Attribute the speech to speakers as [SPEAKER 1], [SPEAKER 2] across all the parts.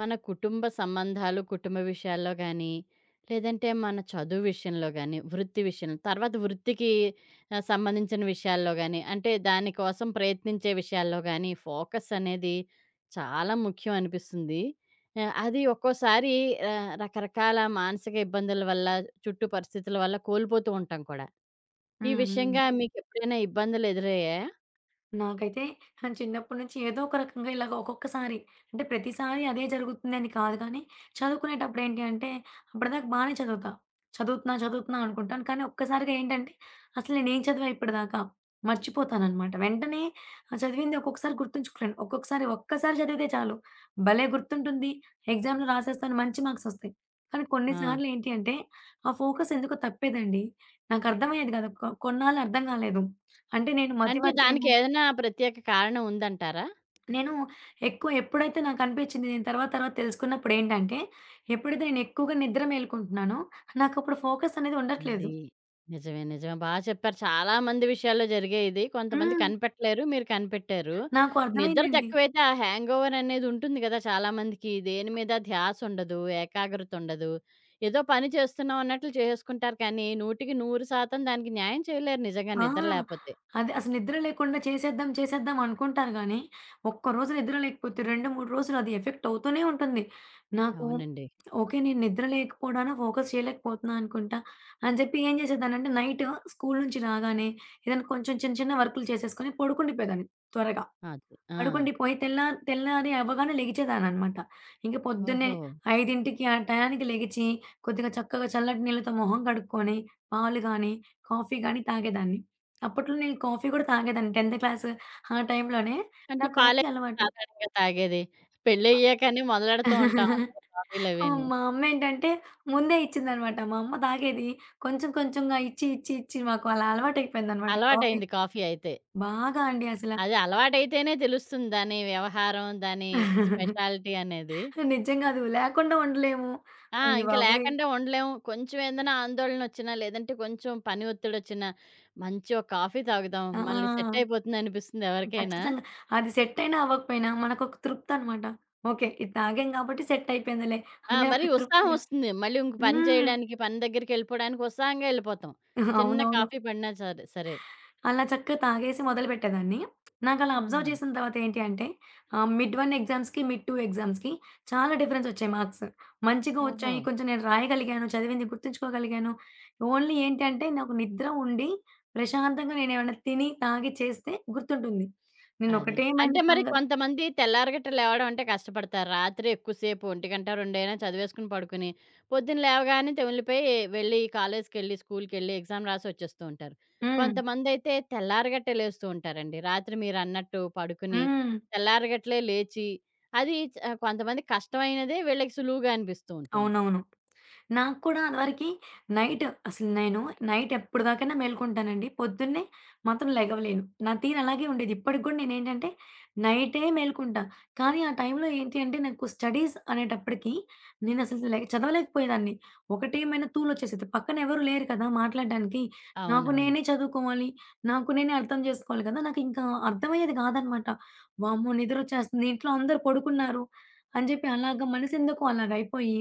[SPEAKER 1] మన కుటుంబ సంబంధాలు, కుటుంబ విషయాల్లో గానీ, లేదంటే మన చదువు విషయంలో గానీ, వృత్తి విషయంలో తర్వాత వృత్తికి సంబంధించిన విషయాల్లో గానీ, అంటే దానికోసం ప్రయత్నించే విషయాల్లో గానీ, ఫోకస్ అనేది చాలా ముఖ్యం అనిపిస్తుంది. అది ఒక్కోసారి రకరకాల మానసిక ఇబ్బందుల వల్ల, చుట్టూ పరిస్థితుల వల్ల కోల్పోతూ ఉంటాం కూడా. ఈ
[SPEAKER 2] హ్మ్. హ్మ్.
[SPEAKER 1] విషయంగా మీకెప్పుడైనా ఇబ్బందులు ఎదురయ్యాయా?
[SPEAKER 2] నాకైతే చిన్నప్పటి నుంచి ఏదో ఒక రకంగా ఇలాగ ఒక్కొక్కసారి అంటే ప్రతిసారి అదే జరుగుతుందని కాదు కానీ, చదువుకునేటప్పుడు ఏంటి అంటే అప్పటిదాకా బానే చదువుతా. చదువుతున్నా, చదువుతున్నా అనుకుంటాను. కానీ ఒక్కసారిగా ఏంటంటే అసలు నేనేం చదివా ఇప్పటిదాకా మర్చిపోతాననమాట. వెంటనే చదివింది ఒక్కొక్కసారి గుర్తుంచుకోలేను. ఒక్కొక్కసారి ఒక్కసారి చదివితే చాలు భలే గుర్తుంటుంది. ఎగ్జామ్‌లో రాసేస్తాను. మంచి మార్క్స్ ఒస్తాయి. కానీ
[SPEAKER 1] ఆ!
[SPEAKER 2] కొన్నిసార్లు ఏంటి అంటే ఆ ఫోకస్ ఎందుకో తప్పేదండి. నాకు అర్థమయ్యేది కాదు. కొన్నాళ్ళు అర్థం కాలేదు. అంటే నేను
[SPEAKER 1] అంటే
[SPEAKER 2] మతిమరుపేమో.
[SPEAKER 1] దానికేదైనా ప్రత్యేక కారణం ఉందంటారా?
[SPEAKER 2] నేను ఎక్కువ ఎప్పుడైతే నాకనిపిచ్చింది, నేను తర్వాత తర్వాత తెలుసుకున్నప్పుడేంటంటే, ఎప్పుడైతే నేను ఎక్కువగా నిద్ర మేలుకుంటున్నానో, నాకప్పుడు ఫోకస్ అనేది ఉండట్లేదు.
[SPEAKER 1] అది. నిజమే. నిజమే. బా చెప్పారు. చాలా మంది విషయాల్లో జరిగాయి ఇది. కొంతమంది
[SPEAKER 2] హ్మ్.
[SPEAKER 1] కనిపెట్టలేరు. మీరు కనిపెట్టారు.
[SPEAKER 2] నాకు
[SPEAKER 1] నిద్ర
[SPEAKER 2] అర్థమైందండి.
[SPEAKER 1] తక్కువైతే ఆ హ్యాంగోవర్ అనేది ఉంటుంది గదా! చాలా మందికి. దేని మీద ధ్యాస ఉండదు. ఏకాగ్రత ఉండదు. ఏదో పని చేస్తున్నాం అన్నట్లు చేసుకుంటారు కానీ, 100% దానికి న్యాయం చేయలేరు నిజంగా
[SPEAKER 2] ఆ!
[SPEAKER 1] నిద్ర లేపోతే.
[SPEAKER 2] అదే అసలు నిద్ర లేకుండా చేసేద్దాం, చేసేద్దాం అనుకుంటారు గానీ, ఒక్కరోజు నిద్ర లేకపోతే 2, 3 రోజులు అది ఎఫెక్ట్ అవుతూనే ఉంటుంది. నాకు
[SPEAKER 1] అవునండి.
[SPEAKER 2] ఓకే. నేను నిద్ర లేకపోవడానా, ఫోకస్ చేయలేకపోతున్నా అనుకుంటా అని చెప్పి ఏం చేసేదాన్నంటే, నైట్ స్కూలు నుంచి రాగానే ఏదైనా కొంచెం చిన్న చిన్న వర్కులు చేసేసుకొని పడుకుండిపోయేదాన్ని త్వరగా.
[SPEAKER 1] అది. ఆ!
[SPEAKER 2] పడుకుండి పోయి తెల్లారి అవ్వగానే లెగిచేదాన్ననమాట. ఇంక పొద్దున్నే
[SPEAKER 1] ఓహో!
[SPEAKER 2] 5కి ఆ టయానికి లెగిచి, కొద్దిగా చక్కగా చల్లటి నీళ్ళతో మొహం కడుక్కొని, పాలు గానీ, కాఫీ గానీ తాగేదాన్ని. అప్పట్లో నేను కాఫీ గూడా తాగేదాన్ని 10th క్లాస్ ఆ టైంలోనే
[SPEAKER 1] అంటే
[SPEAKER 2] నాకు
[SPEAKER 1] పాలే
[SPEAKER 2] కాఫీ అలవాటు.
[SPEAKER 1] సాధారణంగా తాగేది. పెళ్లయ్యాకనే మొదలెడుతూ ఉంటాం అందరం
[SPEAKER 2] హ్మ్.
[SPEAKER 1] కాఫీలవీను.
[SPEAKER 2] మా అమ్మేంటంటే ముందే ఇచ్చిందనమాట. మా అమ్మ తాగేది. కొంచెం కొంచెంగా ఇచ్చి, ఇచ్చి, ఇచ్చి మాకు అలా అలవాటయిపోయిందనమాట కాఫీ.
[SPEAKER 1] అలవాటయింది కాఫీ అయితే.
[SPEAKER 2] బాగా అండి అసల.
[SPEAKER 1] అది అలవాటైతేనే తెలుస్తుంది దాని వ్యవహారం, దాని స్పెషాలిటీ అనేది.
[SPEAKER 2] నిజంగా అది లేకుండా ఉండలేము.
[SPEAKER 1] ఆ!
[SPEAKER 2] అయ్య
[SPEAKER 1] ఇంక
[SPEAKER 2] బాబోయ్!
[SPEAKER 1] లేకుండా ఉండలేము. కొంచెం ఏదైనా ఆందోళనొచ్చినా, లేదంటే కొంచెం పని ఒత్తిడొచ్చినా, మంచి ఒక కాఫీ తాగుదాం, మళ్ళీ సెట్
[SPEAKER 2] ఆ!
[SPEAKER 1] అయిపోతుందనిపిస్తుంది ఎవరికైనా.
[SPEAKER 2] ఖచ్చితంగా. అది సెట్టయినా అవ్వకపోయినా మనకొక తృప్తనమాట. ఓకే. ఇది తాగాం కాబట్టి సెట్ అయిపోయిందిలే
[SPEAKER 1] ఆ!
[SPEAKER 2] అనే
[SPEAKER 1] మరి
[SPEAKER 2] ఒక
[SPEAKER 1] ఉత్సాహం
[SPEAKER 2] తృప్తిగా.
[SPEAKER 1] ఒస్తుంది. మళ్ళీ ఇంక పని
[SPEAKER 2] హ్మ్.
[SPEAKER 1] చేయడానికి, పని దగ్గరికెళ్ళిపోడానికి ఉత్సాహంగా ఎళ్ళిపోతాం. చిన్న
[SPEAKER 2] అవునవును.
[SPEAKER 1] కాఫీ పడినా సరే సరే.
[SPEAKER 2] అలా చక్కగా తాగేసి మొదలుపెట్టేదాన్ని. నాకలా
[SPEAKER 1] ఆహా!
[SPEAKER 2] అబ్జర్వ్ చేసిన తర్వాత ఏంటి అంటే మిడ్ 1 ఎగ్జామ్స్‌కి, మిడ్ 2 ఎగ్జామ్స్‌కి చాలా డిఫరెన్సొచ్చాయి మార్క్స్. మంచిగా
[SPEAKER 1] ఓహో!
[SPEAKER 2] వచ్చాయి. కొంచెం నేను రాయగలిగాను. చదివింది గుర్తుంచుకోగలిగాను. ఓన్లీ ఏంటంటే నాకు నిద్ర ఉండి ప్రశాంతంగా నేనేమన్నా తిని, తాగి చేస్తే గుర్తుంటుంది.
[SPEAKER 1] అది. అంటే
[SPEAKER 2] నేనొకటేమైనా
[SPEAKER 1] మరి
[SPEAKER 2] పంగ.
[SPEAKER 1] కొంతమంది తెల్లారగట్ట లేవడం అంటే కష్టపడతారు. రాత్రి ఎక్కువసేపు 1 గంట, 2 అయినా చదివేసుకొని పడుకుని, పొద్దున్న లేవగానే తెమిలిపోయి వెళ్ళి కాలేజ్‌కెళ్ళి, స్కూల్‌కెళ్ళి ఎగ్జామ్ రాసి వచ్చేస్తూ ఉంటారు.
[SPEAKER 2] హ్మ్.
[SPEAKER 1] కొంతమందైతే తెల్లారగట్టే లేస్తూ ఉంటారండి. రాత్రి మీరన్నట్టు పడుకుని,
[SPEAKER 2] హ్మ్.
[SPEAKER 1] తెల్లారగట్లే లేచి, అది చ కొంతమంది కష్టమైనదే వీళ్ళకి సులువుగా అనిపిస్తూ ఉంటుంది.
[SPEAKER 2] అవునవును. నాకు కూడా అదివరకి నైట్ అసలు నేను నైట్ ఎప్పటిదాకైనా మేలుకుంటానండి. పొద్దున్నే మాత్రం లెగవలేను. నా తీరు అలాగే ఉండేది. ఇప్పటికి గూడా నేనేంటంటే నైటే మేలుకుంటా. కానీ ఆ టైంలో ఏంటి అంటే నాకు స్టడీస్ అనేటప్పటికి నేనసలు చదవలేకపోయేదాన్ని. ఒకటేమైనా తూలొచ్చేసేది. పక్కన ఎవరు లేరు కదా మాట్లాడడానికి. నాకు
[SPEAKER 1] అవునవును.
[SPEAKER 2] నేనే చదువుకోవాలి. నాకు నేనే అర్థం చేసుకోవాలి కదా! నాకింకా అర్థమయ్యేది కాదనమాట. వామ్మో! నిద్రొచ్చేస్తుంది. ఇంట్లో అందరూ పడుకున్నారు అని చెప్పి అలాగా మనసెందుకో అలాగయిపోయి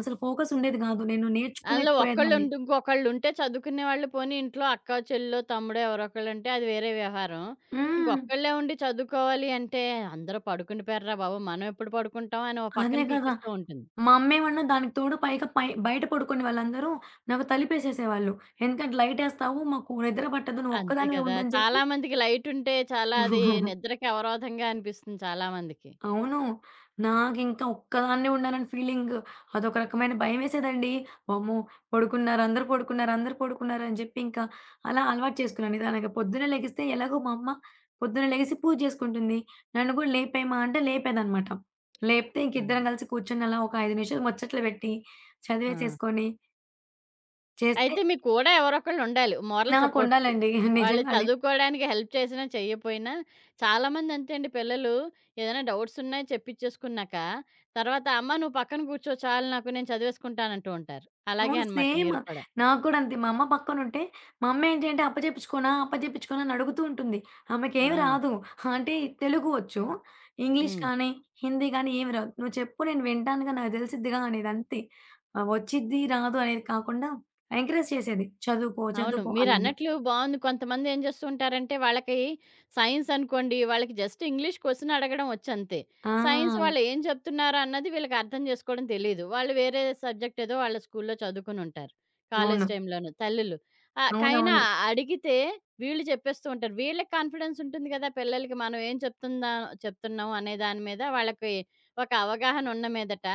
[SPEAKER 2] అసలు ఫోకస్ ఉండేది గాదు. నేను
[SPEAKER 1] అందులో
[SPEAKER 2] నేర్చుకోలేకపోయేదాన్ని.
[SPEAKER 1] ఒక్కళ్ళుంటే ఇంకొకళ్ళుంటే చదువుకునేవాళ్ళు పోనీ ఇంట్లో అక్క, చెల్లో, తమ్ముడో ఎవరో ఒకళ్ళుంటే అది వేరే వ్యవహారం.
[SPEAKER 2] హ్మ్.
[SPEAKER 1] ఇంకొక్కళ్ళే ఉండి చదువుకోవాలి అంటే, "అందరూ పడుకుని పోయార్రా బాబు! మనం ఎప్పుడు పడుకుంటాం" అని ఓ పక్కన
[SPEAKER 2] అదే కదా!
[SPEAKER 1] పీకేస్తూ ఉంటుంది.
[SPEAKER 2] మా అమ్మేమన్నా దానికి తోడు పైగా బయట పడుకునే వాళ్ళందరూ నాకు తలుపేసేసేవాళ్ళు. ఎందుకంటే లైటేస్తావు, మాకు నిద్ర పట్టదు, నువ్వు
[SPEAKER 1] అంతే
[SPEAKER 2] ఒక్కదానివే
[SPEAKER 1] కదా!
[SPEAKER 2] ఉండని
[SPEAKER 1] చాలా
[SPEAKER 2] చెప్పి.
[SPEAKER 1] మందికి లైటుంటే చాలా అది నిద్రకి అవరోధంగా అనిపిస్తుంది చాలా మందికి.
[SPEAKER 2] అవును. నాకింకా ఒక్కదాన్నే ఉన్నానని ఫీలింగ్ అదొక రకమైన భయమేసేదండి. వామ్మో! పడుకున్నారు, అందరూ పడుకున్నారు, అందరూ పడుకున్నారు అని జెప్పి ఇంకా అలా అలవాటు చేసుకున్నాను నిదానంగా. పొద్దున్నే లెగిస్తే ఎలాగో మా అమ్మ పొద్దున లెగిసి పూజ జేసుకుంటుంది. నన్ను గూడా లేపేయమా అంటే లేపేదనమాట. లేపితే
[SPEAKER 1] అదే.
[SPEAKER 2] ఇంకిద్దరం గలిసి కూర్చొని అలా ఒక 5 నిమిషాలు ముచ్చట్లు బెట్టి,
[SPEAKER 1] ఆ!
[SPEAKER 2] చదివేసేసుకొని చేస్తే
[SPEAKER 1] అయితే మీకు కూడా ఎవరొకళ్ళుండాలి మోరల్ సపోర్ట్‌కి.
[SPEAKER 2] నాకుండాలండి
[SPEAKER 1] వాళ్ళు
[SPEAKER 2] నిజంగానే.
[SPEAKER 1] చదువుకోడానికి హెల్ప్ చేసినా, చెయ్యపోయినా చాలామంది అంతే అండి పిల్లలు ఏదైనా డౌట్స్ ఉన్నాయి చెప్పిచ్చేసుకున్నాక, తర్వాత "అమ్మ నువ్వు పక్కన కూర్చో చాలు నాకు నేను చదివేసుకుంటాను" అంటూ ఉంటారు. అలాగే
[SPEAKER 2] అవును.
[SPEAKER 1] అనమాట
[SPEAKER 2] సేమ్.
[SPEAKER 1] మీరు కూడా.
[SPEAKER 2] నాకు కూడా అంతే. మా అమ్మ పక్కనుంటే, మా అమ్మ ఏంటి అంటే అప్పజెప్పించుకోనా? అప్పజెప్పించుకోనా? అని అడుగుతూ ఉంటుంది. ఆమెకేమి
[SPEAKER 1] ఆ!
[SPEAKER 2] రాదు. అంటే తెలుగు వచ్చు. ఇంగ్లీష్
[SPEAKER 1] హ్మ్.
[SPEAKER 2] కానీ, హిందీ కానీ ఏమి రాదు. "నువ్వు చెప్పు నేను వింటానుగా, నాకు తెలిసిద్దిగా" అనేది అంతే. వచ్చిద్ది, రాదు అనేది కాకుండా ఎంకరేజ్ చేసేది. "చదువుకో,
[SPEAKER 1] అవును.
[SPEAKER 2] చదువుకో" అలాగా.
[SPEAKER 1] మీరన్నట్లు బావుంది. కొంతమందేం జేస్తూంటారంటే, వాళ్ళకి సైన్స్ అనుకోండి, వాళ్ళకి జస్ట్ ఇంగ్లీష్ క్వెషన్ అడగడం ఒచ్చంతే. సైన్స్
[SPEAKER 2] ఆ!
[SPEAKER 1] వాళ్ళేం చెప్తున్నారు అన్నది వీళ్ళకర్థం జేసుకోవడం తెలీదు. వాళ్ళు వేరే సబ్జెక్ట్ ఏదో వాళ్ళ స్కూల్లో చదువుకొనుంటారు. కాలేజీ
[SPEAKER 2] అవును.
[SPEAKER 1] టైంలోను తల్లులు. కైనా
[SPEAKER 2] అవునవును.
[SPEAKER 1] అడిగితే వీళ్ళు చెప్పేస్తూ ఉంటారు. వీళ్ళకి కాన్ఫిడెన్స్ ఉంటుంది గదా! పిల్లలకి మనం ఏం చెప్తుందా చెప్తున్నాం అనే దాని మీద వాళ్ళకి ఒక అవగాహన ఉన్న మీదట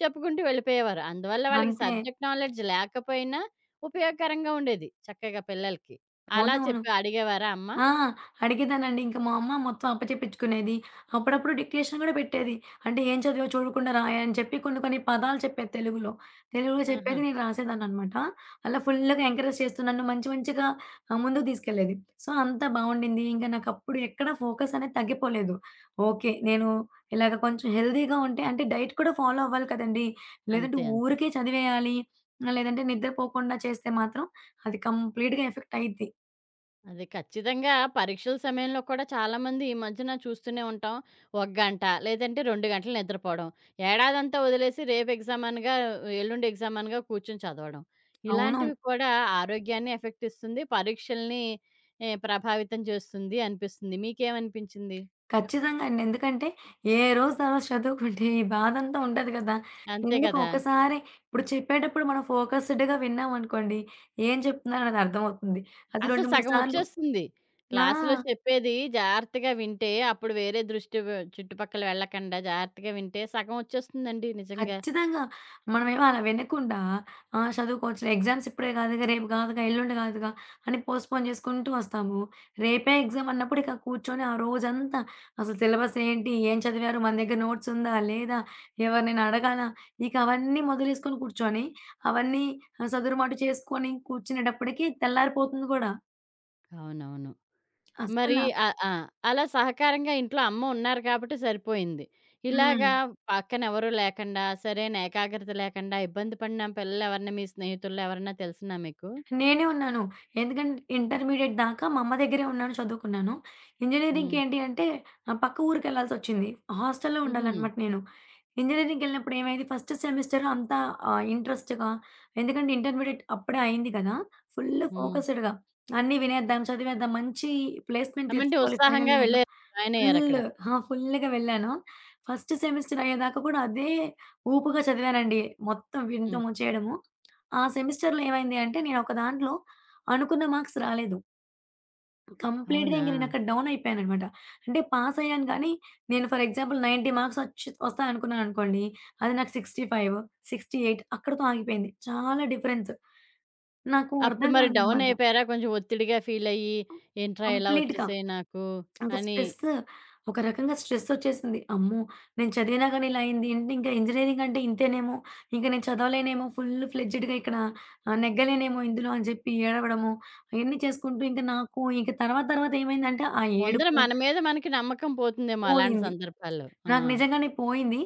[SPEAKER 1] చెప్పుకుంటూ వెళ్ళిపోయేవారు. అందువల్ల వాళ్ళకి
[SPEAKER 2] అంతే.
[SPEAKER 1] సబ్జెక్ట్ నాలెడ్జ్ లేకపోయినా ఉపయోగకరంగా ఉండేది చక్కగా పిల్లలకి. అలా
[SPEAKER 2] అవునవును.
[SPEAKER 1] చెప్పి అడిగేవారా అమ్మ?
[SPEAKER 2] ఆ! అడిగేదానండి. ఇంక మా అమ్మ మొత్తం అప్పచెప్పించుకునేది. అప్పుడప్పుడు డిక్టేషన్ గూడా పెట్టేది. అంటే, "ఏం చదివావో చూడకుండా రాయి" అని చెప్పి కొన్ని కొన్ని పదాలు చెప్పేది తెలుగులో. తెలుగులో
[SPEAKER 1] ఆహా!
[SPEAKER 2] చెప్పేది నేను రాసేదాన్ననమాట. అలా ఫుల్లుగా ఎంకరేజ్ చేస్తూ నన్ను మంచి మంచిగా ముందుకు తీసుకెళ్ళేది. సో, అంతా బావుండింది. ఇంక నాకప్పుడు ఎక్కడ ఫోకస్ అనేది తగ్గిపోలేదు. ఓకే. నేను ఇలాగ కొంచెం హెల్తీగా ఉంటే అంటే డైట్ కూడా ఫాలో అవ్వాలి కదండీ! లేదంటే
[SPEAKER 1] అంతే. అంతే.
[SPEAKER 2] ఊరికే చదివేయాలి, లేదంటే నిద్రపోకుండా చేస్తే మాత్రం అది కంప్లీట్‌గా ఎఫెక్ట్ అయ్యిద్ది.
[SPEAKER 1] అది ఖచ్చితంగా పరీక్షల సమయంలో కూడా చాలామంది ఈ మధ్యన చూస్తూనే ఉంటాం. ఒక గంట లేదంటే 2 గంటలు నిద్రపోవడం. ఏడాదంతా వదిలేసి రేపు ఎగ్జామ్ అనగా, ఎల్లుండి ఎగ్జామ్ అనగా కూర్చొని చదవడం.
[SPEAKER 2] అవును.
[SPEAKER 1] ఇలాంటివి కూడా ఆరోగ్యాన్ని ఎఫెక్ట్ ఇస్తుంది. పరీక్షల్ని ఏ ప్రభావితం చేస్తుంది అనిపిస్తుంది. మీకేమనిపించింది?
[SPEAKER 2] ఖచ్చితంగా అండి. ఎందుకంటే, ఏ రోజుది ఆ రోజు చదువుకుంటే ఈ బాధంతా ఉండదు గదా!
[SPEAKER 1] అంతే
[SPEAKER 2] ఎందుకు
[SPEAKER 1] కదా!
[SPEAKER 2] ఒకసారి ఇప్పుడు చెప్పేటప్పుడు మనం ఫోకస్‌డ్‌గా విన్నామనుకోండి, ఏం చెప్తున్నారన్నది అర్థమవుతుంది. అది
[SPEAKER 1] అసలు
[SPEAKER 2] 2, 3
[SPEAKER 1] సగం
[SPEAKER 2] సార్లు.
[SPEAKER 1] వచ్చేస్తుంది. క్లాస్‌లో
[SPEAKER 2] ఆ!
[SPEAKER 1] చెప్పేది జాగ్రత్తగా వింటే, అప్పుడు వేరే దృష్టి వ చుట్టుపక్కల వెళ్ళకుండా జాగ్రత్తగా వింటే సగం వచ్చేస్తుందండి నిజంగా.
[SPEAKER 2] ఖచ్చితంగా. మనమేమో అలా వినకుండా ఆ! చదువుకోవచ్చులే ఎగ్జామ్స్ ఇప్పుడే కాదుగా, రేపు కాదుగా, ఎల్లుండి కాదుగా అని పోస్ట్‌పోన్ చేసుకుంటూ వస్తాము. రేపే ఎగ్జామ్ అన్నప్పుడు ఇక కూర్చొని ఆ రోజంతా అసలు సిలబస్ ఏంటి? ఏం చదివారు? మన దగ్గర నోట్స్ ఉందా? లేదా? ఎవరినైనా అడగాలా? ఇక అవన్నీ మొదలేసుకొని కూర్చొని అవన్నీ సదురుమదురు చేసుకొని కూర్చునేటప్పటికి తెల్లారిపోతుంది కూడా.
[SPEAKER 1] అవునవును. మరి
[SPEAKER 2] అస్సల.
[SPEAKER 1] ఆ! అలా సహకారంగా ఇంట్లో అమ్మ ఉన్నారు కాబట్టి సరిపోయింది.
[SPEAKER 2] హ్మ్.
[SPEAKER 1] ఇలాగా పక్కన ఎవరు లేకుండా, సరైన ఏకాగ్రత లేకుండా ఇబ్బంది పడిన పిల్లలెవరన్నా మీ స్నేహితుల్లో ఎవరన్నా తెలిసినా మీకు?
[SPEAKER 2] నేనే ఉన్నాను. ఎందుకంటే ఇంటర్మీడియేట్ దాకా మా అమ్మ దగ్గరే ఉన్నాను, చదువుకున్నాను. ఇంజినీరింగ్‌కి
[SPEAKER 1] హ్మ్.
[SPEAKER 2] ఏంటి అంటే పక్క ఊరికెళ్ళాల్సొచ్చింది. హాస్టల్‌లో
[SPEAKER 1] హుహు.
[SPEAKER 2] ఉండాలనమాట నేను. ఇంజినీరింగ్‌కెళ్ళినప్పుడు ఏమైంది ఫస్ట్ సెమిస్టర్ అంతా ఇంట్రెస్ట్‌గా, ఎందుకంటే ఇంటర్మీడియేట్ అప్పుడే అయింది కదా! ఫుల్
[SPEAKER 1] హ్మ్.
[SPEAKER 2] ఫోకస్‌డ్‌గా అన్నీ వినేద్దాం, చదివేద్దాం, మంచి ప్లేస్‌మెంట్
[SPEAKER 1] అంటే
[SPEAKER 2] తెచ్చుకోవాలి ఫైనల్
[SPEAKER 1] ఉత్సాహంగా
[SPEAKER 2] ఇయర్‌లో.
[SPEAKER 1] వెళ్లారు. జాయిన్ అయ్యారక్కడ.
[SPEAKER 2] ఫుల్ ఆ! ఫుల్‌గా వెళ్ళాను. ఫస్ట్ సెమిస్టర్ అయ్యేదాకా కూడా అదే ఊపుగా చదివానండి. మొత్తం
[SPEAKER 1] హ్మ్.
[SPEAKER 2] వినటము, చేయడము. ఆ సెమిస్టర్‌లో ఏమైంది అంటే, నేనొక దాంట్లో అనుకున్న మార్క్స్ రాలేదు. కంప్లీట్‌గా
[SPEAKER 1] అవునా!
[SPEAKER 2] ఇంక నేనక్కడ డౌన్ అయిపోయాననమాట. అంటే పాసయ్యాను కానీ, నేను ఫర్ ఎగ్జాంపుల్ 90 మార్క్స్ వస్తాయనుకున్నాననుకోండి, అది నాకు 65, 68 అక్కడితో ఆగిపోయింది. చాలా డిఫరెన్స్. నాకు
[SPEAKER 1] అప్పుడు
[SPEAKER 2] అర్థం
[SPEAKER 1] మరి డౌన్
[SPEAKER 2] కాలేదనమాట.
[SPEAKER 1] అయిపోయారా? కొంచెం ఒత్తిడిగా ఫీల్ అయ్యి, ఏంట్రా ఇలా
[SPEAKER 2] కంప్లీట్‌గా.
[SPEAKER 1] వచ్చేసాయి నాకు
[SPEAKER 2] ఇంక
[SPEAKER 1] అని.
[SPEAKER 2] స్ట్రెస్ ఒక రకంగా స్ట్రెసొచ్చేసింది. అమ్మో! నేను చదివినా గాని ఇలా అయింది ఏంటి, ఇంకా ఇంజినీరింగ్ అంటే ఇంతేనేమో, ఇంక నేను చదవలేనేమో ఫుల్ ఫ్లెడ్జ్డ్‌గా ఇక్కడ నెగ్గలేనేమో ఇందులో అని చెప్పి ఏడవడము, అయన్నీ చేసుకుంటూ ఇంక నాకు ఇంక తర్వాత తర్వాత ఏమైందంటే ఆ
[SPEAKER 1] ముందర
[SPEAKER 2] ఏడుపు
[SPEAKER 1] మన మీద మనకి నమ్మకం పోతుందేమో అలాంటి
[SPEAKER 2] పోయింది.
[SPEAKER 1] సందర్భాల్లో. ఆ!
[SPEAKER 2] నాకు నిజంగానే పోయింది.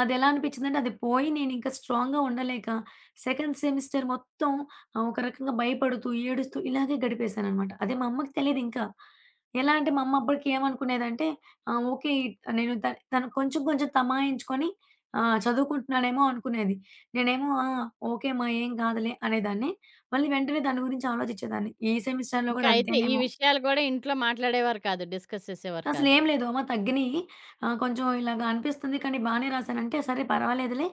[SPEAKER 2] అదెలా అనిపించిందంటే, అది పోయి నేనింకా స్ట్రాంగ్‌గా ఉండలేక, సెకండ్ సెమిస్టర్ మొత్తం ఒక రకంగా భయపడుతూ, ఏడుస్తూ ఇలాగే గడిపేశాననమాట. అదే మా అమ్మకి తెలీదింకా. ఎలా అంటే, మా అమ్మ అప్పటికి ఏమనుకునేదంటే, ఓకే. నేను త తను కొంచెం కొంచెం తమాయించుకొని చదువుకుంటున్నానేమో అనుకునేది. నేనేమో ఆ! ఓకేమ్మా ఏం కాదులే అనేదాన్ని. మళ్ళీ వెంటనే దాని గురించి ఆలోచించేదాన్ని. ఈ సెమిస్టర్‌లో
[SPEAKER 1] ఇంకా
[SPEAKER 2] కూడా
[SPEAKER 1] అయితే ఈ
[SPEAKER 2] అంతేనేమో!
[SPEAKER 1] విషయాలు గూడా ఇంట్లో మాట్లాడేవారు కాదు. డిస్కస్ చేసేవారు కాదు.
[SPEAKER 2] అసలేం లేదు. అమ్మ తగ్గినియి. కొంచెం ఇలాగ అనిపిస్తుంది కానీ బానే రాసానంటే, సరే పర్వాలేదులే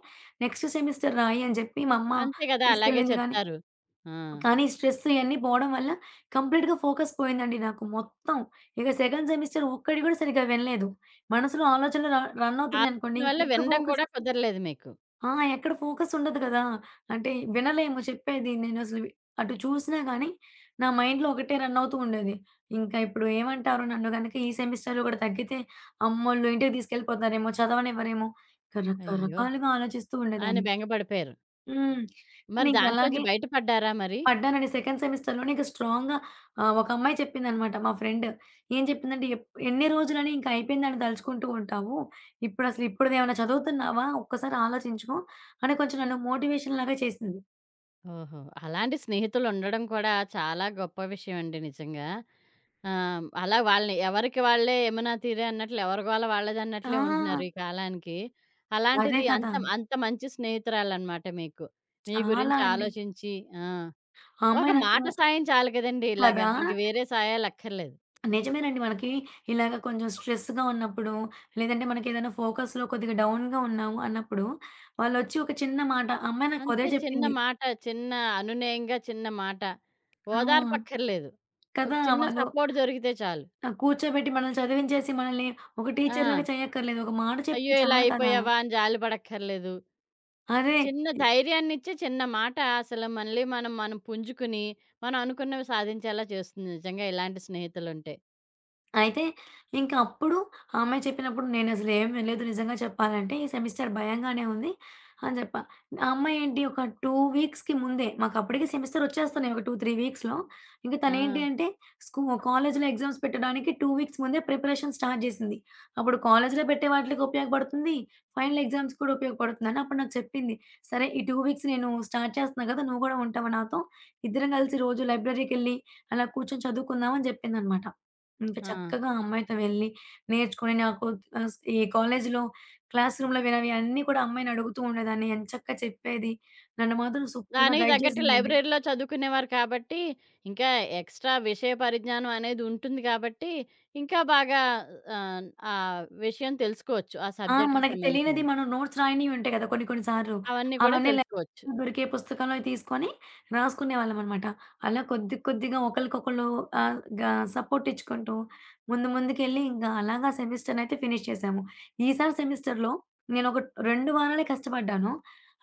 [SPEAKER 2] నెక్స్ట్ సెమిస్టర్ రాయి అని చెప్పి మా అమ్మ
[SPEAKER 1] అంతే కదా! అలాగే
[SPEAKER 2] తీసుకెళ్ళింది గానీ,
[SPEAKER 1] చెప్తారు. ఆ!
[SPEAKER 2] కానీ స్ట్రెస్ ఇయన్నీ పోవడం వల్ల కంప్లీట్‌గా ఫోకస్ పోయిందండి నాకు మొత్తం. ఇక సెకండ్ సెమిస్టర్ ఒక్కటి గూడా సరిగ్గా వినలేదు. మనసులో ఆలోచనలు రన్
[SPEAKER 1] ఆ
[SPEAKER 2] అవుతున్నాయనుకోండి
[SPEAKER 1] ఆలోచన వల్ల
[SPEAKER 2] ఇంకెక్కడ
[SPEAKER 1] వినడం
[SPEAKER 2] ఫోకస్.
[SPEAKER 1] కూడా కుదరలేదు మీకు.
[SPEAKER 2] ఆ! ఎక్కడ ఫోకస్ ఉండదు గదా! అంటే వినలేము చెప్పేది. నేనసలు అటు చూసినా గానీ, నా మైండ్‌లో ఒకటే రన్ అవుతూ ఉండేది. ఇంకా ఇప్పుడు ఏమంటారు నన్ను గనక ఈ సెమిస్టర్‌లో గూడా తగ్గితే, అమ్మోళ్ళు ఇంటికి తీసుకెళ్ళిపోతారేమో, చదవనివ్వరేమో,
[SPEAKER 1] అయ్యో!
[SPEAKER 2] రకరకాలుగా ఆలోచిస్తూ
[SPEAKER 1] అని
[SPEAKER 2] ఉండేదాన్ని.
[SPEAKER 1] బెంగ పడిపోయారు.
[SPEAKER 2] హ్మ్. కానీ
[SPEAKER 1] మరి
[SPEAKER 2] ఇంక
[SPEAKER 1] దాంట్లోంచి
[SPEAKER 2] అలాగే
[SPEAKER 1] బయట పడ్డారా మరి?
[SPEAKER 2] పడ్డానండి. సెకండ్ సెమిస్టర్‌లోనే ఇంక స్ట్రాంగ్‌గా ఒక అమ్మాయి చెప్పిందనమాట మా ఫ్రెండ్. ఏం చెప్పిందంటే, " ఎన్ని రోజులని ఇంక అయిపోయిందని తలుచుకుంటూ ఉంటావు. ఇప్పుడసలు ఇప్పుడుదేమన్నా చదువుతున్నావా? ఒక్కసారి ఆలోచించుకో" అని కొంచెం నన్ను మోటివేషన్ లాగా చేసింది.
[SPEAKER 1] ఓహో! అలాంటి స్నేహితులుండడం కూడా చాలా గొప్ప విషయం అండి నిజంగా. ఆ! అలా వాళ్ళని ఎవరికి వాళ్ళే యమునా తీరే అన్నట్లు ఎవరి గోల వాళ్ళదన్నట్లే ఉంటున్నారు
[SPEAKER 2] ఆ!
[SPEAKER 1] ఈ కాలానికి.
[SPEAKER 2] అదే
[SPEAKER 1] అలాంటిది అంత
[SPEAKER 2] కదా!
[SPEAKER 1] అంత మంచి స్నేహితురాలనమాట మీకు. మీ
[SPEAKER 2] చాలా
[SPEAKER 1] గురించి
[SPEAKER 2] అండి.
[SPEAKER 1] ఆలోచించి ఆ!
[SPEAKER 2] ఆ
[SPEAKER 1] ఒక
[SPEAKER 2] అమ్మాయి నాకు
[SPEAKER 1] మాట సాయం చాలు కదండీ ఇలాగ.
[SPEAKER 2] కదా!
[SPEAKER 1] ఇంక వేరే సాయాలక్కర్లేదు.
[SPEAKER 2] నిజమేనండి. మనకి ఇలాగ కొంచెం స్ట్రెస్‌గా ఉన్నప్పుడు, లేదంటే మనకేదైనా ఫోకస్‌లో కొద్దిగా డౌన్‌గా ఉన్నాము అన్నప్పుడు, వాళ్ళొచ్చి ఒక చిన్న మాట ఆ అమ్మాయి నాకదే
[SPEAKER 1] అంతే చిన్న
[SPEAKER 2] చెప్పింది.
[SPEAKER 1] మాట, చిన్న అనునయంగా చిన్న మాట.
[SPEAKER 2] ఆ!
[SPEAKER 1] ఓదార్పక్కర్లేదు. ఒక
[SPEAKER 2] కదా!
[SPEAKER 1] చిన్న
[SPEAKER 2] వాళ్ళు
[SPEAKER 1] సపోర్ట్ దొరికితే చాలు.
[SPEAKER 2] ఆ! కూర్చోబెట్టి మనల్ని చదివించేసి మనల్ని ఒక
[SPEAKER 1] ఆ!
[SPEAKER 2] టీచర్‌లాగా చేయక్కర్లేదు. ఒక మాట
[SPEAKER 1] అయ్యో!
[SPEAKER 2] చెప్తే
[SPEAKER 1] ఇలా
[SPEAKER 2] చాలు కదా!
[SPEAKER 1] అయిపోయావా అని జాలి పడక్కర్లేదు.
[SPEAKER 2] అదే.
[SPEAKER 1] చిన్న ధైర్యాన్నిచ్చే చిన్న మాట అసలు మళ్ళీ మనం మనం పుంజుకుని, మనం అనుకున్నవి సాధించేలా చేస్తుంది నిజంగా ఇలాంటి స్నేహితులుంటే.
[SPEAKER 2] అయితే ఇంక అప్పుడు ఆమె చెప్పినప్పుడు నేనసలు ఏం వినలేదు నిజంగా చెప్పాలంటే. ఈ సెమిస్టర్ భయంగానే ఉంది అని జెప్పా. ఆ అమ్మాయి ఏంటి ఒక 2 వీక్స్‌కి ముందే మాకప్పటికి సెమిస్టర్ వచ్చేస్తున్నాయి. ఒక 2, 3 వీక్స్‌లో. ఇంక
[SPEAKER 1] ఆ!
[SPEAKER 2] తనేంటి అంటే స్కూ కాలేజ్‌లో ఎగ్జామ్స్ పెట్టడానికి 2 వీక్స్ ముందే ప్రిపరేషన్ స్టార్ట్ జేసింది. అప్పుడు కాలేజ్‌లో పెట్టే వాటిలకి ఉపయోగపడుతుంది. ఫైనల్ ఎగ్జామ్స్ కూడా ఉపయోగపడుతుందని అప్పుడు నాకు చెప్పింది. సరే ఈ 2 వీక్స్ నేను స్టార్ట్ చేస్తున్నా గదా! నువ్వు గూడా ఉంటావా నాతో? ఇద్దరం గలిసి రోజు లైబ్రరీకెళ్ళి అలా కూర్చొని చదువుకుందాం అని జెప్పిందనమాట. ఇంక
[SPEAKER 1] ఆ!
[SPEAKER 2] చక్కగా ఆ అమ్మాయితో వెళ్ళి నేర్చుకొని నాకు ఆహ్, ఈ కాలేజీలో క్లాస్ రూమ్‌లో వినవి అన్నీ కూడా అమ్మాయిని అడుగుతూ ఉండేదాన్ని. ఎంచక్కా చెప్పేది. నన్ను మాత్రం సూపర్‌గా
[SPEAKER 1] దానికి
[SPEAKER 2] గైడ్
[SPEAKER 1] తగ్గట్టు
[SPEAKER 2] చేసిందండి.
[SPEAKER 1] లైబ్రరీలో చదువుకునేవారు కాబట్టి, ఇంకా ఎక్స్‌ట్రా విషయ పరిజ్ఞానం అనేది ఉంటుంది కాబట్టి, ఇంకా బాగా ఆహ్, ఆ విషయం తెలుసుకోవచ్చు. ఆ
[SPEAKER 2] ఆ!
[SPEAKER 1] సబ్జెక్ట్‌కి
[SPEAKER 2] మనకి తెలియనిది
[SPEAKER 1] సంబంధించింది.
[SPEAKER 2] మనం నోట్స్ రాయనివి ఉంటాయి కదా! కొన్ని కొన్ని సార్లు.
[SPEAKER 1] అవన్నీ కూడా
[SPEAKER 2] అవన్నీ లైబ్రరీలో
[SPEAKER 1] తెలుసుకోవచ్చు.
[SPEAKER 2] దొరికే పుస్తకంలో తీసుకొని రాసుకునేవాళ్ళమనమాట. అలా కొద్ది కొద్దిగా ఒకళ్ళకొకళ్ళు ఆహ్, గా సపోర్ట్ ఇచ్చుకుంటూ ముందు ముందుకెళ్ళి ఇంకా అలాగా సెమిస్టర్‌నయితే ఫినిష్ చేశాము. ఈసారి సెమిస్టర్‌లో నేనొక 2 వారాలే కష్టపడ్డాను.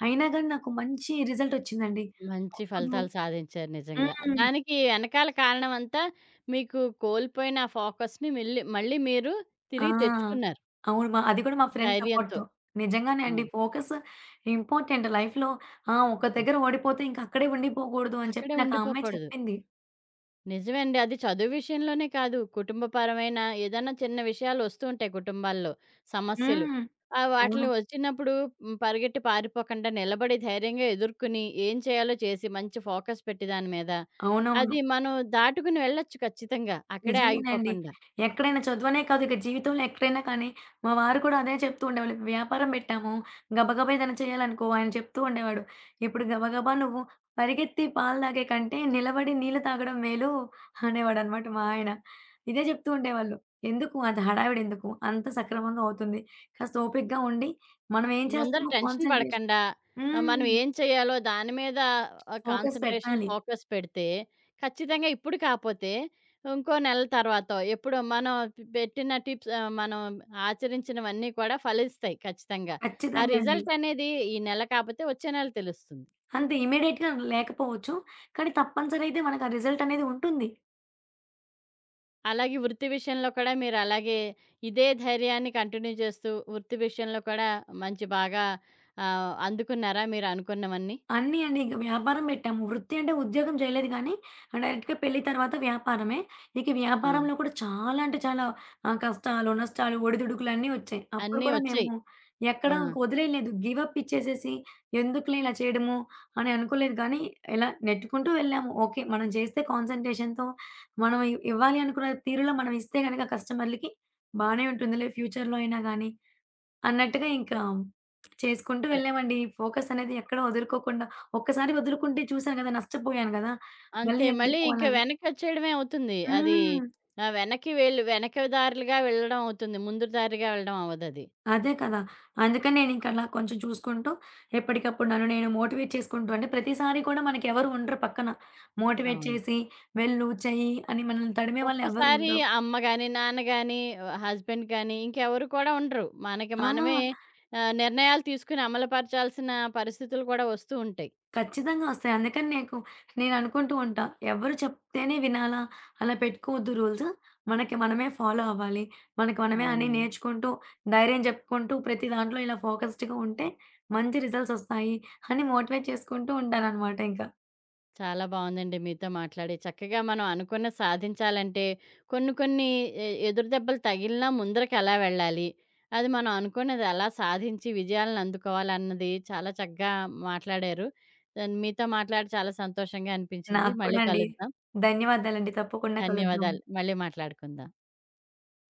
[SPEAKER 2] అయినా గాని నాకు మంచి రిజల్ట్ వచ్చిందండి.
[SPEAKER 1] మంచి
[SPEAKER 2] అప్పుడు
[SPEAKER 1] ఫలితాలు సాధించారు నిజంగా.
[SPEAKER 2] హ్మ్.
[SPEAKER 1] దానికి వెనకాల కారణమంతా మీకు కోల్పోయిన ఆ ఫోకస్‌ని మళ్ళీ మీరు తిరిగి
[SPEAKER 2] ఆ!
[SPEAKER 1] తెచ్చుకున్నారు.
[SPEAKER 2] అవును. మా అది కూడా మా ఫ్రెండ్
[SPEAKER 1] ధైర్యంతో.
[SPEAKER 2] సపోర్ట్‌తో. నిజంగానే
[SPEAKER 1] ఆ!
[SPEAKER 2] అండి. ఫోకస్ ఇంపార్టెంట్ లైఫ్‌లో. ఆ! ఒక దగ్గర
[SPEAKER 1] లైఫ్
[SPEAKER 2] ఓడిపోతే ఇంక అక్కడే ఉండిపోకూడదు అని చెప్పి
[SPEAKER 1] అక్కడే
[SPEAKER 2] నాకు ఆ అమ్మాయి
[SPEAKER 1] ఉండిపోకూడదు.
[SPEAKER 2] చెప్పింది.
[SPEAKER 1] నిజమేండి. అది చదువు విషయంలోనే కాదు, కుటుంబపరమైన ఏదన్నా చిన్న విషయాలు వస్తూ ఉంటాయి కుటుంబాల్లో సమస్యలు.
[SPEAKER 2] హ్మ్. అవును.
[SPEAKER 1] వాటిల్ని వచ్చినప్పుడు హ్మ్, పరిగెట్టి పారిపోకుండా నిలబడి ధైర్యంగా ఎదుర్కొని, ఏం చేయాలో చేసి, మంచి ఫోకస్ పెట్టి దాని మీద,
[SPEAKER 2] అవునవును.
[SPEAKER 1] అది మనం దాటుకుని వెళ్ళొచ్చు ఖచ్చితంగా. అక్కడే
[SPEAKER 2] నిజంగానండి.
[SPEAKER 1] ఆగిపోకుండా.
[SPEAKER 2] ఎక్కడైనా చదువనే కాదు ఇక జీవితంలో ఎక్కడైనా కానీ, మా వారు కూడా అదే చెప్తూ ఉండేవాళ్ళు. ఇప్పుడు వ్యాపారం పెట్టాము, గబగబా ఏదైనా చేయాలనుకో ఆయన చెప్తూ ఉండేవాడు. "ఇప్పుడు గబగబా నువ్వు పరిగెత్తి పాలు తాగే కంటే, నిలబడి నీళ్ళు తాగడం మేలు" అనేవాడనమాట మా ఆయన. ఇదే చెప్తూ ఉండేవాళ్ళు. "ఎందుకు అంత హడావిడెందుకు? అంత సక్రమంగా అవుతుంది. కాస్త ఓపికగా ఉండి, మనం ఏం
[SPEAKER 1] ముందర
[SPEAKER 2] చేస్తామో
[SPEAKER 1] టెన్షన్
[SPEAKER 2] కాన్సంట్రేషన్."
[SPEAKER 1] పడకండా మనం
[SPEAKER 2] హ్మ్.
[SPEAKER 1] ఏం చేయాలో దాని మీద
[SPEAKER 2] ఫోకస్
[SPEAKER 1] కాన్సంట్రేషన్,
[SPEAKER 2] పెట్టాలి.
[SPEAKER 1] ఫోకస్ పెడితే ఖచ్చితంగా ఇప్పుడు కాపోతే ఇంకో నెల తర్వాతో ఎప్పుడో మనం పెట్టిన టిప్స్ మనం ఆచరించినవన్నీ కూడా ఫలిస్తాయి ఖచ్చితంగా. ఆ
[SPEAKER 2] ఖచ్చితంగా అండి.
[SPEAKER 1] రిజల్ట్ అనేది ఈ నెల కాపోతే వచ్చే నెల తెలుస్తుంది.
[SPEAKER 2] అంతే ఇమ్మీడియేట్‌గా లేకపోవచ్చు. కానీ తప్పనిసరి అయితే మనకు ఆ రిజల్ట్ అనేది ఉంటుంది.
[SPEAKER 1] అలాగే వృత్తి విషయంలో కూడా మీరు అలాగే ఇదే ధైర్యాన్ని కంటిన్యూ చేస్తూ వృత్తి విషయంలో కూడా మంచి బాగా అందుకున్నారా మీరు అనుకున్నవన్నీ?
[SPEAKER 2] అన్నీ అండి ఇంక వ్యాపారం పెట్టాము. వృత్తి అంటే ఉద్యోగం చేయలేదు గానీ, డైరెక్ట్‌గా పెళ్లి తర్వాత వ్యాపారమే. ఇక
[SPEAKER 1] ఆ!
[SPEAKER 2] వ్యాపారంలో కూడా చాలా అంటే చాలా కష్టాలు, నష్టాలు, ఒడిదుడుకులు అన్నీ వచ్చాయి. అప్పుడు
[SPEAKER 1] అన్నీ
[SPEAKER 2] కూడా మేము
[SPEAKER 1] వచ్చాయి.
[SPEAKER 2] ఎక్కడ
[SPEAKER 1] ఆ!
[SPEAKER 2] వదిలేయలేదు. గివ్ అప్ ఇచ్చేసేసి ఎందుకులే ఇలా చేయడము అని అనుకోలేదు కానీ, ఇలా నెట్టుకుంటూ వెళ్ళాము. ఓకే. మనం చేస్తే కాన్సంట్రేషన్‌తో మనం ఇవ్వాలి అనుకున్న తీరులో మనం ఇస్తే గనక కస్టమర్‌లకి బానే ఉంటుందిలే ఫ్యూచర్‌లో అయినా గానీ, అన్నట్టుగా ఇంకా చేసుకుంటూ వెళ్ళామండి. ఫోకస్ అనేది ఎక్కడ వదులుకోకుండా ఒక్కసారి వదులుకుంటే చూసాను కదా! నష్టపోయాను గదా!
[SPEAKER 1] అంతే.
[SPEAKER 2] మళ్ళీ
[SPEAKER 1] మళ్ళీ
[SPEAKER 2] ఎందుకు
[SPEAKER 1] ఇంక
[SPEAKER 2] అలా.
[SPEAKER 1] వెనకొచ్చేయడమే అవుతుంది. అది
[SPEAKER 2] హ్మ్.
[SPEAKER 1] వెనక్కి వెనక దారులుగా వెళ్ళడం అవుతుంది. ముందు దారిగా వెళ్ళడం అవ్వదది.
[SPEAKER 2] అదే కదా! అందుకని నేనింక అలా కొంచెం చూసుకుంటూ ఎప్పటికప్పుడు నన్ను నేను మోటివేట్ చేసుకుంటూ అంటే ప్రతిసారి కూడా మనకెవరు ఉండరు పక్కన. మోటివేట్
[SPEAKER 1] అవును.
[SPEAKER 2] చేసి, "వెళ్ళు, చెయ్యి" అని మనల్ని తడిమే వాళ్ళెవరు
[SPEAKER 1] ఒక్కోసారి
[SPEAKER 2] ఉండరు.
[SPEAKER 1] అమ్మ గాని, నాన్న గాని, హస్బెండ్ గాని ఇంకెవరు కూడా ఉండరు. మనకి
[SPEAKER 2] ఆ!
[SPEAKER 1] మనమే నిర్ణయాలు తీసుకొని అమలుపరచాల్సిన పరిస్థితులు కూడా వస్తూ ఉంటాయి.
[SPEAKER 2] ఖచ్చితంగా వస్తాయి. అందుకని నీకు నేననుకుంటూ ఉంటా. ఎవరు చెప్తేనే వినాలా? అలా పెట్టుకోవద్దు రూల్స్. మనకి మనమే ఫాలో అవ్వాలి. మనకి మనమే అన్నీ
[SPEAKER 1] అవునవును.
[SPEAKER 2] నేర్చుకుంటూ, ధైర్యం చెప్పుకుంటూ, ప్రతి దాంట్లో ఇలా ఫోకస్డ్‌గా ఉంటే మంచి రిజల్ట్స్ వస్తాయి అని మోటివేట్ చేసుకుంటూ ఉంటాననమాట ఇంకా.
[SPEAKER 1] చాలా బావుందండి మీతో మాట్లాడి. చక్కగా మనం అనుకున్నది సాధించాలంటే కొన్ని కొన్ని ఎదురు దెబ్బలు తగిలినా ముందరకెలా వెళ్ళాలి? అది మనం అనుకున్నది ఎలా సాధించి విజయాలను అందుకోవాలన్నది చాలా చక్కగా మాట్లాడారు. మీతో మాట్లాడి చాలా సంతోషంగా అనిపించింది.
[SPEAKER 2] నాకు
[SPEAKER 1] మళ్ళీ
[SPEAKER 2] కూడా అండి.
[SPEAKER 1] కలుద్దాం.
[SPEAKER 2] ధన్యవాదాలండి. తప్పకుండా కలుద్దాం.
[SPEAKER 1] ధన్యవాదాలు. మళ్ళీ మాట్లాడుకుందాం.